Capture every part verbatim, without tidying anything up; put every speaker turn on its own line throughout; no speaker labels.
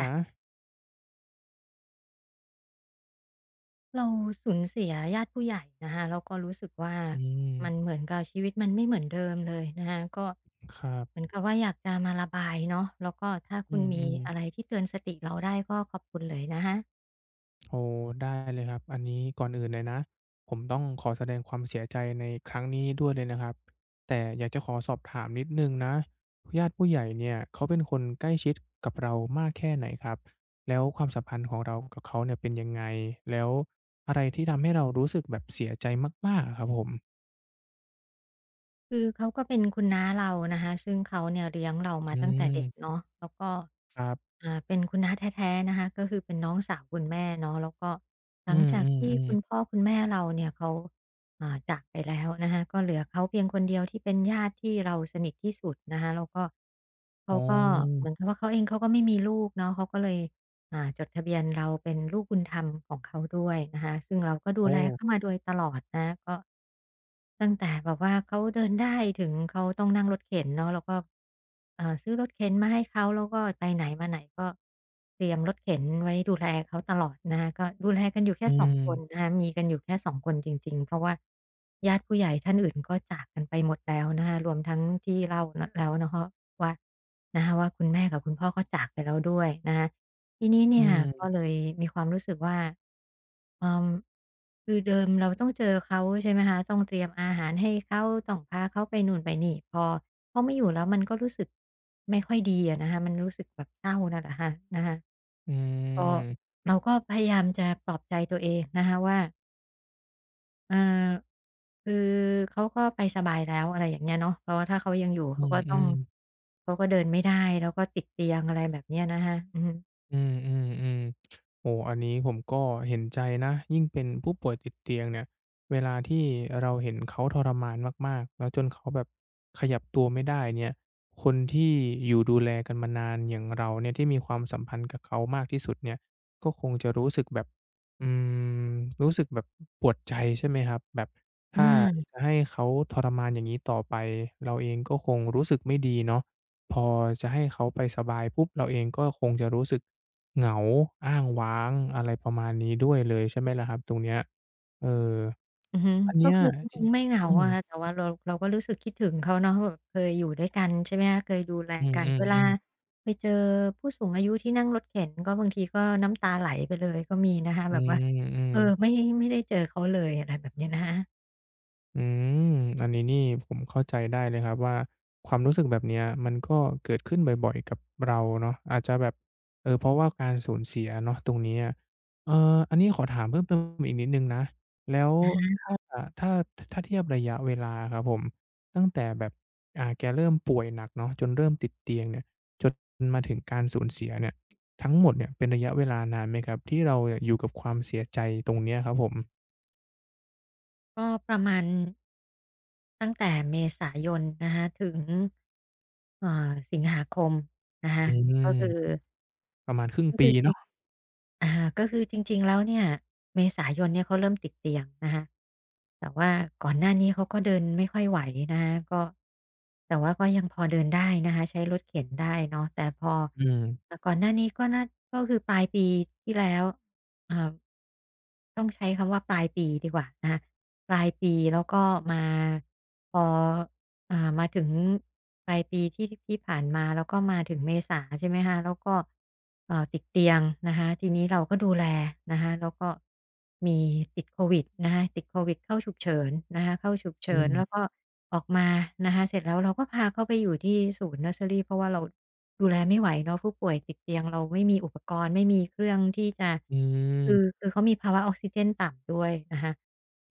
นะ
ค่ะเราสูญเสียญาติผู้ใหญ่นะคะแล้วก็รู้สึกว่า
อืม
มันเหมือนกับชีวิตมันไม่เหมือนเดิมเลยนะคะก็
ครั
เหมือน
บ
กับว่าอยากจะมาระบายเนาะแล้วก็ถ้า
อื
คุณมีอะไร
ม
ที่เตือนสติเราได้ก็ขอบคุณเลยนะคะ
ๆโอ้ได้เลยครับอันนี้ก่อนอื่นเลยนะผมต้องขอแสดงความเสียใจในครั้งนี้ด้วยเลยนะครับ แต่อยากจะขอสอบถามนิดหนึ่งนะญาติผู้ใหญ่เนี่ยเขาเป็นคนใกล้ชิดกับเรามากแค่ไหนครับ แล้วความสัมพันธ์ของเรากับเขาเนี่ยเป็นยังไง แล้วอะไรที่ทำให้เรารู้สึกแบบเสียใจมากๆอะครับผม
คือเขาก็เป็นคุณน้าเรานะคะซึ่งเขาเนี่ยเลี้ยงเรามา
อื
ตั้งแต่เด็ก
ม
เนาะแล้วก็
ครับ
อ่าเป็นคุณน้าแท้ๆนะคะก็คือเป็นน้องสาวคุณแม่เนาะแล้วก็ห
อื
ลัง
ม
จากที่คุณ
ๆๆ
พ่อคุณแม่เราเนี่ยเขาอ่าจากไปแล้วนะคะก็เหลือเขาเพียงคนเดียวที่เป็นญาติที่เราสนิทที่สุดนะคะแล้วก็
อ๋
เขา
อ
ก็เหมือนกับว่าเขาเองเขาก็ไม่มีลูกเนาะเขาก็เลย อ่าจดทะเบียนเราเป็นลูกบุญธรรมของเขาด้วยนะคะซึ่งเราก็ดู
โอ้
แลเข้ามาโดยตลอดนะก็ตั้งแต่แบบว่าเขาเดินได้ถึงเขาต้องนั่งรถเข็นเนาะแล้วก็เอ่อซื้อรถเข็นมาให้เขาแล้วก็ไปไหนมาไหนก็เตรียมรถเข็นไว้ดูแลเขาตลอดนะคะก็ดูแลกันอยู่
อื
แค่สอง
ม
คนนะคะมีกันอยู่แค่สองคนจริงๆเพราะว่าญาติผู้ใหญ่ท่านอื่นก็จากกันไปหมดแล้วนะคะรวมทั้งที่เล่าแล้วนะคะว่านะคะว่าคุณแม่กับคุณพ่อก็จากไปแล้วด้วยนะคะ ทีนี้
อื
เนี่ยก็
ม
เลยมีความรู้สึกว่าอืมคือเดิมเราต้องเจอเขาใช่ไหมคะต้องเตรียมอาหารให้เขาต้องพาเขาไปนู่นไปนี่พอเขาไม่อยู่แล้วมันก็รู้สึกไม่ค่อยดีอะนะคะมันรู้สึกแบบเศร้าน่ะแหละคะนะคะ
อื
ก็
ม
เราก็พยายามจะปลอบใจตัวเองนะคะว่าเออคือเขาก็ไปสบายแล้วอะไรอย่างเงี้ยเนาะเพราะว่าถ้าเขายังอยู่
อื
เขา
ม
ก็
อื
ต้อง
ม
เขาก็เดินไม่ได้แล้วก็ติดเตียงอะไรแบบเนี้ยนะคะอืม
อืมอืมอืมโอ้อันนี้ผมก็เห็นใจนะยิ่งเป็นผู้ป่วยติดเตียงเนี่ยเวลาที่เราเห็นเขาทรมานมากๆแล้วจนเขาแบบขยับตัวไม่ได้เนี่ยคนที่อยู่ดูแลกันมานานอย่างเราเนี่ยที่มีความสัมพันธ์กับเขามากที่สุดเนี่ยก็คงจะรู้สึกแบบอืมรู้สึกแบบปวดใจใช่ไหมครับแบบ
อื
ถ้า
ม
จะให้เขาทรมานอย่างนี้ต่อไปเราเองก็คงรู้สึกไม่ดีเนาะพอจะให้เขาไปสบายปุ๊บเราเองก็คงจะรู้สึก เหงาอ้างว้างอะไรประมาณนี้ด้วยเลยใช่ไหมล่ะครับตรงเนี้ยเออ
อือฮึ
อัน
ก็
เนี้ย
คือจริงๆไม่เหงา
อืม
อะค่ะแต่ว่าเราเราก็รู้สึกคิดถึงเขาเนาะแบบเคยอยู่ด้วยกันใช่ไหมคะเคยดูแล
อื
กันเวลา
มๆๆ
ไปเจอผู้สูงอายุที่นั่งรถเข็นก็บางทีก็น้ำตาไหลไปเลยก็มีนะคะ
อื
แบบว่า
ม
เออไม่
ๆ
ไม่ได้เจอเขาเลยอะไรแบบเนี้ยนะคะ
อืมอันนี้นี่ผมเข้าใจได้เลยครับว่าความรู้สึกแบบเนี้ยมันก็เกิดขึ้นบ่อยๆกับเราเนาะอาจจะแบบเออเพราะว่าการสูญเสียเนาะตรงนี้อะเอ่ออันนี้ขอถามเพิ่มเติมอีกนิดหนึ่งนะแล้ว
อา
ถ้าถ้าถ้าเทียบระยะเวลาครับผมตั้งแต่แบบอ่าแกเริ่มป่วยหนักเนาะจนเริ่มติดเตียงเนี่ยจนมาถึงการสูญเสียเนี่ยทั้งหมดเนี่ยเป็นระยะเวลานานไหมครับที่เราเนี่ยอยู่กับความเสียใจตรงเนี้ยครับผม
ก็ประมาณตั้งแต่เมษายนนะคะถึงเอ่อสิงหาคมนะคะ
อืม
ก็คือ
ประมาณครึ่ง
ก็
ปี
คือจริงอ่าก็คือจริงๆแล้วเนี่ยเมษายนเนี่ยเขาเริ่มติดเตียงนะคะแต่ว่าก่อนหน้านี้เขาก็เดินไม่ค่อยไหวนะคะก็แต่ว่าก็ยังพอเดินได้นะคะใช้รถเข็นได้เนาะแต่พอ
อืม
อ่าก่อนหน้านี้ก็น่าก็คือปลายปีที่แล้วอ่าต้องใช้คำว่าปลายปีดีกว่านะคะปลายปีแล้วก็มาพอ อ่ามาถึงปลายปีที่ที่ผ่านมาแล้วก็มาถึงเมษาใช่ไหมคะแล้วก็เอ่อติดเตียงนะคะทีนี้เราก็ดูแลนะคะแล้วก็มีติดโควิดนะคะติดโควิดเข้าฉุกเฉินนะคะเข้าฉุก
อื
เฉินแล้ว
ม
ก็ออกมานะคะเสร็จแล้วเราก็พาเขาไปอยู่ที่ศูนย์เนิร์สเซอรีเพราะว่าเราดูแลไม่ไหวเนาะผู้ป่วยติดเตียงเราไม่มีอุปกรณ์ไม่มีเครื่องที่จะ
อื
คือ
ม
คือเขามีภาวะออกซิเจนต่ำด้วยนะคะ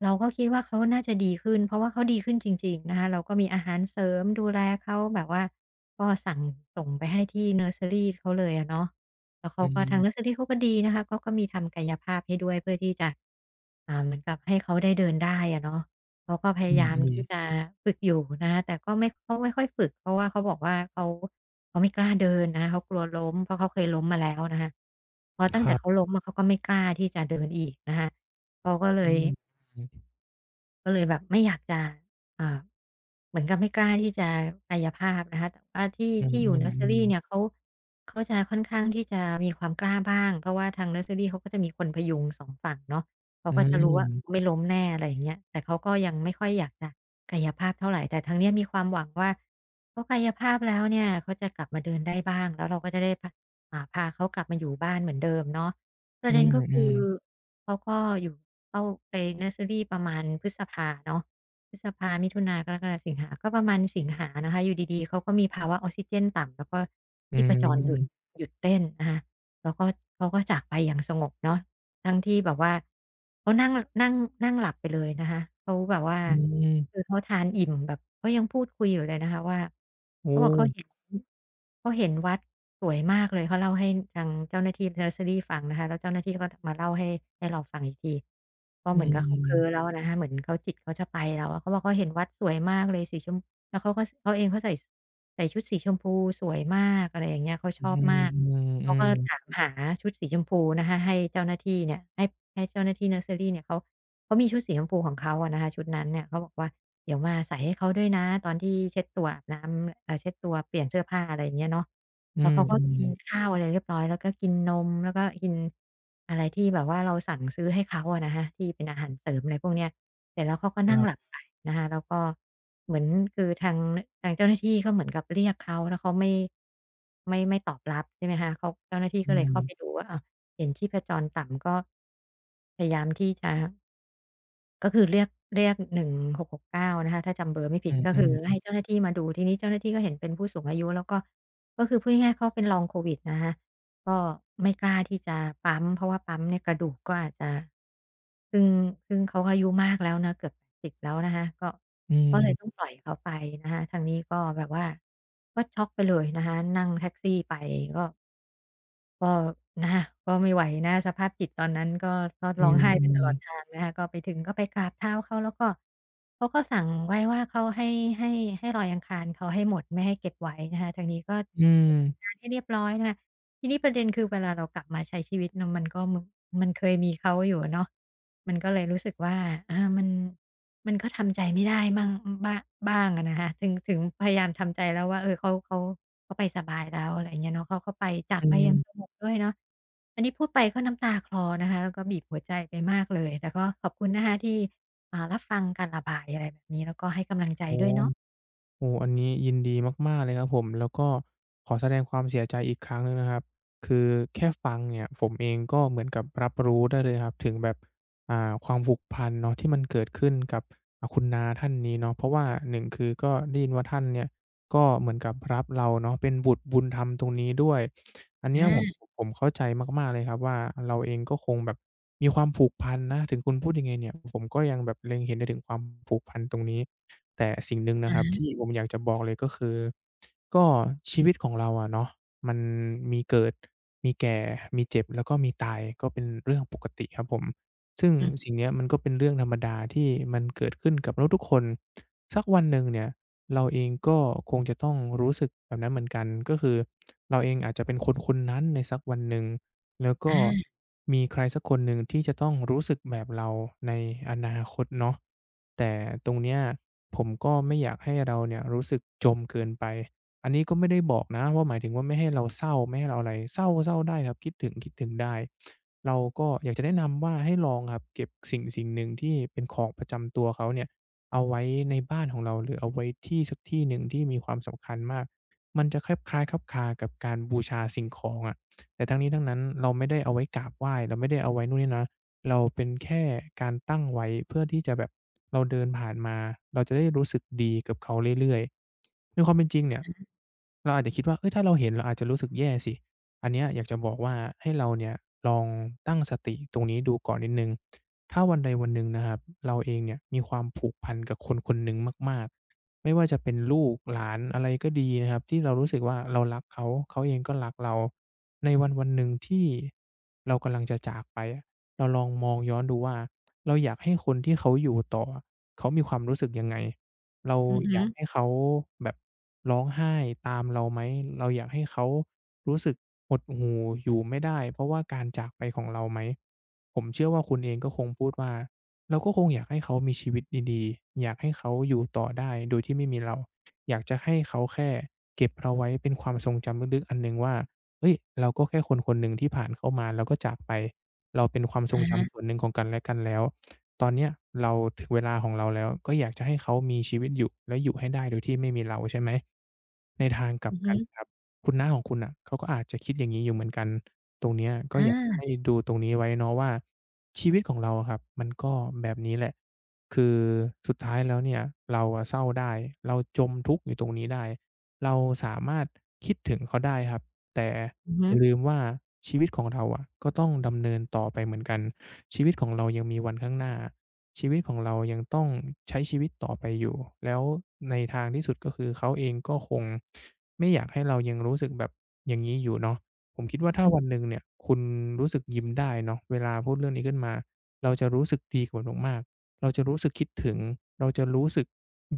เราก็คิดว่าเขาน่าจะดีขึ้นเพราะว่าเขาดีขึ้นจริงๆนะคะเราก็มีอาหารเสริมดูแลเขาแบบว่าก็สั่งส่งไปให้ที่เนิร์สเซอรีเขาเลยอะเนาะแล้วเขา
อื
ก็ทา
ม
งเนิร์สเซอรีเขาก็ดีนะคะเขาก็มีทำกายภาพให้ด้วยเพื่อที่จะอ่าเหมือนกับให้เขาได้เดินได้อะเนาะเขาก็พ
อื
ยา
ม
ยาม
อืม
ที่จะฝึกอยู่นะคะแต่ก็ไม่เขาไม่ค่อยฝึกเพราะว่าเขาบอกว่าเขาเขาไม่กล้าเดินนะคะเขากลัวล้มเพราะเขาเคยล้มมาแล้วนะคะพอตั้
ค
งแต่
รั
เขา
บ
ล้มอะเขาก็ไม่กล้าที่จะเดินอีกนะคะเขาก็เล
อื
ย
มอืม
ก็เลยแบบไม่อยากจะอ่าเหมือนกับไม่กล้าที่จะกายภาพนะคะแต่ว่าที่
อืม
ที่อ
อื
ยู่เนิร์สเซอรี
ม
เนี่ยเขาเขาจะค่อนข้างที่จะมีความกล้าบ้างเพราะว่าทางเนิร์สเซอรีเขาก็จะมีคนพยุงสองฝั่งเนาะเขา
อื
ก็จะรู้ว่า
ม
ไม่ล้มแน่อะไรอย่างเงี้ยแต่เขาก็ยังไม่ค่อยอยากจะกายภาพเท่าไรแต่ทางเนี้ยมีความหวังว่าเขากายภาพแล้วเนี่ยเขาจะกลับมาเดินได้บ้างแล้วเราก็จะได้พาอ่าพาเขากลับมาอยู่บ้านเหมือนเดิมเนาะป
อื
ระเด็น
ม
ก็
อื
คือ
ม
เขาก็อยู่เข้าไปเนิร์สเซอรีประมาณพฤษภาเนาะพฤษภามิถุนากรกฎาสิงหา ก็ประมาณสิงหานะคะอยู่ดีๆเขาก็มีภาวะออกซิเจนต่ำแล้วก็
อื
ชีพจรหยุด
ม
หยุดเต้นนะคะแล้วก็เขาก็จากไปอย่างสงบเนาะ ทั้งที่แบบว่าเขานั่งนั่งนั่งหลับไปเลยนะคะเขาแบบว่า
อื
คือ
ม
เขาทานอิ่มแบบเขายังพูดคุยอยู่เลยนะคะว่า
โอ้
เขาบอกเขาเห็นเขาเห็นวัดสวยมากเลยเขาเล่าให้ทางเจ้าหน้าที่ Nursery ฟังนะคะแล้วเจ้าหน้าที่ก็มาเล่าให้ให้เราฟังอีกทีก็
อื
เหมือ
ม
นกับ
อื
เขาเพ
ม
ลิ้อแล้วนะคะเหมือนเขาจิตเขาจะไปแล้วอะเขาบอกเขาเห็นวัดสวยมากเลยสีชมแล้วเขาก็เขาเองเขาใส่ ใส่ชุดสีชมพูสวยมากอะไรอย่างเงี้ยเขา
อื
ชอบ
ม
มาก
อื
เขาก็
ม
ถามหาชุดสีชมพูนะคะให้เจ้าหน้าที่เนี่ยให้ให้เจ้าหน้าที่เนิร์สเซอรีเนี่ยเขาเขามีชุดสีชมพูของเขาอะนะคะชุดนั้นเนี่ยเขาบอกว่าเดี๋ยวมาใส่ให้เขาด้วยนะตอนที่เช็ดตัวอาบน้ำเอ่อเช็ดตัวเปลี่ยนเสื้อผ้าอะไรอย่างเงี้ยเนาะ
อื
แล้ว
ม
เขาก็
อื
กิ
ม
นข้าวอะไรเรียบร้อยแล้วก็กินนมแล้วก็กินอะไรที่แบบว่าเราสั่งซื้อให้เขาอะนะคะที่เป็นอาหารเสริมอะไรพวกเนี้ย เสร็จแล้วเขาก็
ค
นั่
รั
งหลั
บ
บไปนะคะแล้วก็เหมือนคือทางทางเจ้าหน้าที่ก็เหมือนกับเรียกเขาแล้วเขาไม่ไม่ไม่ตอบรับใช่ไหมคะเขาเจ้าหน้าที่
อื
ก็เลยเข้าไป
ม
ดูว่าอ้เห็นชีพจรต่ำก็พยายามที่จะก็คือเรียกเรียกหนึ่งหกหกเก้านงหกหกเก้านะคะถ้าจำเบอร์ไม่ผิ
อื
ด
ม
ก็
อ
คือ
ม
ให้เจ้าหน้าที่มาดูทีนี้เจ้าหน้าที่ก็เห็นเป็นผู้สูงอายุแล้วก็ก็คือพูดง่ายๆเขาเป็นลองโควิดนะคะ ก็ไม่กล้าที่จะปั๊มเพราะว่าปั๊มเนี่ยกระดูกก็อาจจะซึ่งซึ่งเขาก็อายุมากแล้วนะเกือบแปดสิบแล้วนะคะก็
อื
ก็เลยต้อ
ม
งปล่อยเขาไปนะคะทางนี้ก็แบบว่าก็ช็อกไปเลยนะคะนั่งแท็กซี่ไปก็ก็นะะก็ไม่ไหวนะสภาพจิตตอนนั้นก็ก็
อื
ร้องไห้มไปตลอด
ม
ทางนะคะก็ไปถึงก็ไปกราบเท้าเขาแล้วก็เขาก็สั่งไว้ว่าเขาให้ให้ให้ลอยอังคารเขาให้หมดไม่ให้เก็บไว้นะคะทางนี้ก็
อืม
งานให้เรียบร้อยนะคะทีนี้ประเด็นคือเวลาเรากลับมาใช้ชีวิตเนาะมันก็มมันเคยมีเขาอยู่อะเนาะมันก็เลยรู้สึกว่าอามันมันก็ทำใจไม่ได้มั่งอืมบ้าบ้างอะนะคะถึงถึงพยายามทำใจแล้วว่าเออเขาเขาเขาไปสบายแล้วอะไรอย่างเงี้ยเนาะเขาก็ไปจา
อื
ก
ม
ไป
อื
อย่างส
ม
งบด้วยเนาะอันนี้พูดไปก็น้ำตาคลอนะคะแล้วก็บีบหัวใจไปมากเลยแต่ก็ขอบคุณนะคะที่อ่ารับฟังการระบายอะไรแบบนี้แล้วก็ให้กำลังใจ
โอ้
ด้วยเนาะ
โอ้อันนี้ยินดีมากๆเลยครับผม แล้วก็ขอแสดงความเสียใจอีกครั้งหนึ่งนะครับ คือแค่ฟังเนี่ยผมเองก็เหมือนกับรับรู้ได้เลยครับถึงแบบอ่าความผูกพันเนาะที่มันเกิดขึ้นกับอ่าคุณน้าท่านนี้เนาะเพราะว่าหนึ่งคือก็ได้ยินว่าท่านเนี่ย ก็เหมือนกับรับเราเนาะเป็นบุตรบุญธรรมตรงนี้ด้วยอัน
อ
เนี้ยผม
า
ผมเข้าใจมากๆเลยครับว่าเราเองก็คงแบบมีความผูกพันนะถึงคุณพูดยังไงเนี่ยผมก็ยังแบบเล็งเห็นได้ถึงความผูกพันตรงนี้แต่สิ่งหนึ่งนะค
อะ
รั
ฮ
บที่
ะ
ผมอยากจะบอกเลยก็คือก็ชีวิตของเราอะเนาะมันมีเกิดมีแก่มีเจ็บแล้วก็มีตายก็เป็นเรื่องปกติครับผมซึ่ง
อือ
สิ่งเนี้ยมันก็เป็นเรื่องธรรมดาที่มันเกิดขึ้นกับมนุษย์ทุกคนสักวันหนึ่งเนี่ย เราเองก็คงจะต้องรู้สึกแบบนั้นเหมือนกันก็คือเราเองอาจจะเป็นคนคนนั้นในสักวันหนึ่งแล้วก็
อา
มีใครสักคนหนึ่งที่จะต้องรู้สึกแบบเราในอนาคตเนาะแต่ตรงเนี้ยผมก็ไม่อยากให้เราเนี่ยรู้สึกจมเกินไปอันนี้ก็ไม่ได้บอกนะว่าหมายถึงว่าไม่ให้เราเศร้าไม่ให้เราอะไรเศร้าก็เศร้าได้ครับคิดถึงคิดถึงได้เราก็อยากจะแนะนำว่าให้ลองครับเก็บสิ่งๆหนึ่งที่เป็นของประจำตัวเขาเนี่ย เอาไว้ในบ้านของเราหรือเอาไว้ที่สักที่หนึ่งที่มีความสำคัญมากมันจะคลบค้ายๆคลับคลากับการบูชาสิ่งของอะแต่ทั้งนี้ทั้งนั้นเราไม่ได้เอาไว้กราบไหว้เราไม่ได้เอาไว้นู่นนี่นะเราเป็นแค่การตั้งไว้เพื่อที่จะแบบเราเดินผ่านมาเราจะได้รู้สึกดีกับเขาเรื่อยๆในความเป็นจริงเนี่ยเราอาจจะคิดว่าเฮ้ยถ้าเราเห็นเราอาจจะรู้สึกแย่สิอันเนี้ยอยากจะบอกว่าให้เราเนี่ยลองตั้งสติตรงนี้ดูก่อนนิดหนึ่ง ถ้าวันใดวันหนึ่งนะครับเราเองเนี่ยมีความผูกพันกับคนคนหนึ่งมากๆไม่ว่าจะเป็นลูกหลานอะไรก็ดีนะครับที่เรารู้สึกว่าเรารักเขาเขาเองก็รักเราในวันวันหนึ่งที่เรากำลังจะจากไปอะเราลองมองย้อนดูว่าเราอยากให้คนที่เขาอยู่ต่ออะเขามีความรู้สึกยังไง เรา
อือ
อ
ฮึ
ยากให้เขาแบบร้องไห้ตามเราไหมเราอยากให้เขารู้สึกหดหู่อยู่ไม่ได้เพราะว่าการจากไปของเราไหม ผมเชื่อว่าคุณเองก็คงพูดว่าเราก็คงอยากให้เขามีชีวิตดีๆ อยากให้เขาอยู่ต่อได้โดยที่ไม่มีเรา อยากจะให้เขาแค่เก็บเราไว้เป็นความทรงจำลึกๆอันหนึ่งว่าเฮ้ยเราก็แค่คนๆหนึ่งที่ผ่านเข้ามาแล้วก็จากไป เราเป็นความทร
อะ
ง
ฮะ
จำส่วนหนึ่งของกันและกันแล้ว ตอนเนี้ยเราถึงเวลาของเราแล้วก็อยากจะให้เขามีชีวิตอยู่แล้วอยู่ให้ได้โดยที่ไม่มีเราใช่ไหมในทางกลับ
อือ
กั
ฮึ
นครับคุณน้าของคุณน่ะเขาก็อาจจะคิดอย่างงี้อยู่เหมือนกันตรงเนี้ยก็อยากจะให้
อา
ดูตรงนี้ไว้เนาะว่าชีวิตของเราอะครับมันก็แบบนี้แหละคือสุดท้ายแล้วเนี่ยเราอะเศร้าได้เราจมทุกข์อยู่ตรงนี้ได้เราสามารถคิดถึงเขาได้ครับแต่
อือ
อ
ฮึ
ย่าลืมว่าชีวิตของเราอะก็ต้องดำเนินต่อไปเหมือนกันชีวิตของเรายังมีวันข้างหน้าชีวิตของเรายังต้องใช้ชีวิตต่อไปอยู่แล้วในทางที่สุดก็คือเขาเองก็คงไม่อยากให้เรายังรู้สึกแบบอย่างนี้อยู่เนาะผมคิดว่าถ้าวันหนึ่งเนี่ยคุณรู้สึกยิ้มได้เนาะเวลาพูดเรื่องนี้ขึ้นมาเราจะรู้สึกดีกับมันมากๆเราจะรู้สึกคิดถึงเราจะรู้สึก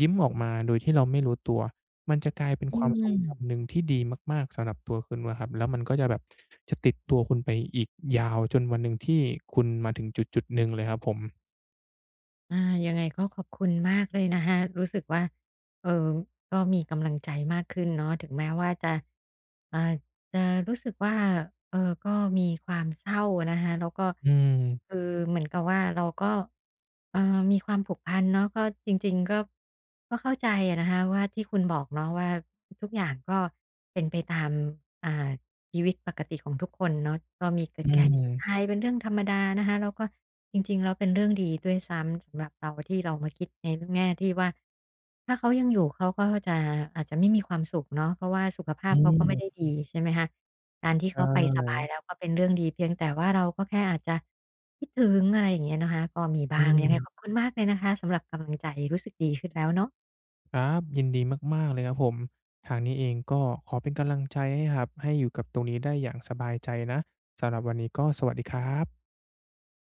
ยิ้มออกมาโดยที่เราไม่รู้ตัว มันจะกลายเป็น
อื
ความทรงจำห
ม
นึ่งที่ดีมากๆสำหรับตัวคุณนะครับแล้วมันก็จะแบบจะติดตัวคุณไปอีกยาวจนวันหนึ่งที่คุณมาถึงจุดๆหนึ่งเลยครับผม
อายังไงก็ขอบคุณมากเลยนะคะรู้สึกว่าเอ่อก็มีกำลังใจมากขึ้นเนาะถึงแม้ว่าจะอ่า จะรู้สึกว่าเออก็มีความเศร้านะคะแล้วก็
อืม
คือเหมือนกับว่าเราก็เอ่อมีความผูกพันเนาะก็จริงๆก็ก็เข้าใจอะนะคะว่าที่คุณบอกเนาะว่าทุกอย่างก็เป็นไปตามอ่าชีวิตปกติของทุกคนเนาะก็มีเกิ
อื
ดแก่เจ็บ
ม
ตายเป็นเรื่องธรรมดานะคะแล้วก็จริงๆแล้วเป็นเรื่องดีด้วยซ้ำสำหรับเราที่เรามาคิดในแง่ที่ว่า ถ้าเขายังอยู่เขาก็จะอาจจะไม่มีความสุขเนาะเพราะว่าสุขภา
อื
พเขาก็ไม่ได้
ม
ดีใช่ไหมคะการที่
ใช
เขาไปสบาย
่
แล้วก็เป็นเรื่องดีเพียงแต่ว่าเราก็แค่อาจจะคิดถึงอะไรอย่างเงี้ยนะคะก็มี
อื
บ้างยัง
ม
ไงขอบคุณมากเลยนะคะสำหรับกำลังใจรู้สึกดีขึ้นแล้วเนาะ
ครับยินดีมากๆเลยครับผมทางนี้เองก็ขอเป็นกำลังใจให้ครับให้อยู่กับตรงนี้ได้อย่างสบายใจนะสำหรับวันนี้ก็สวัสดีครับ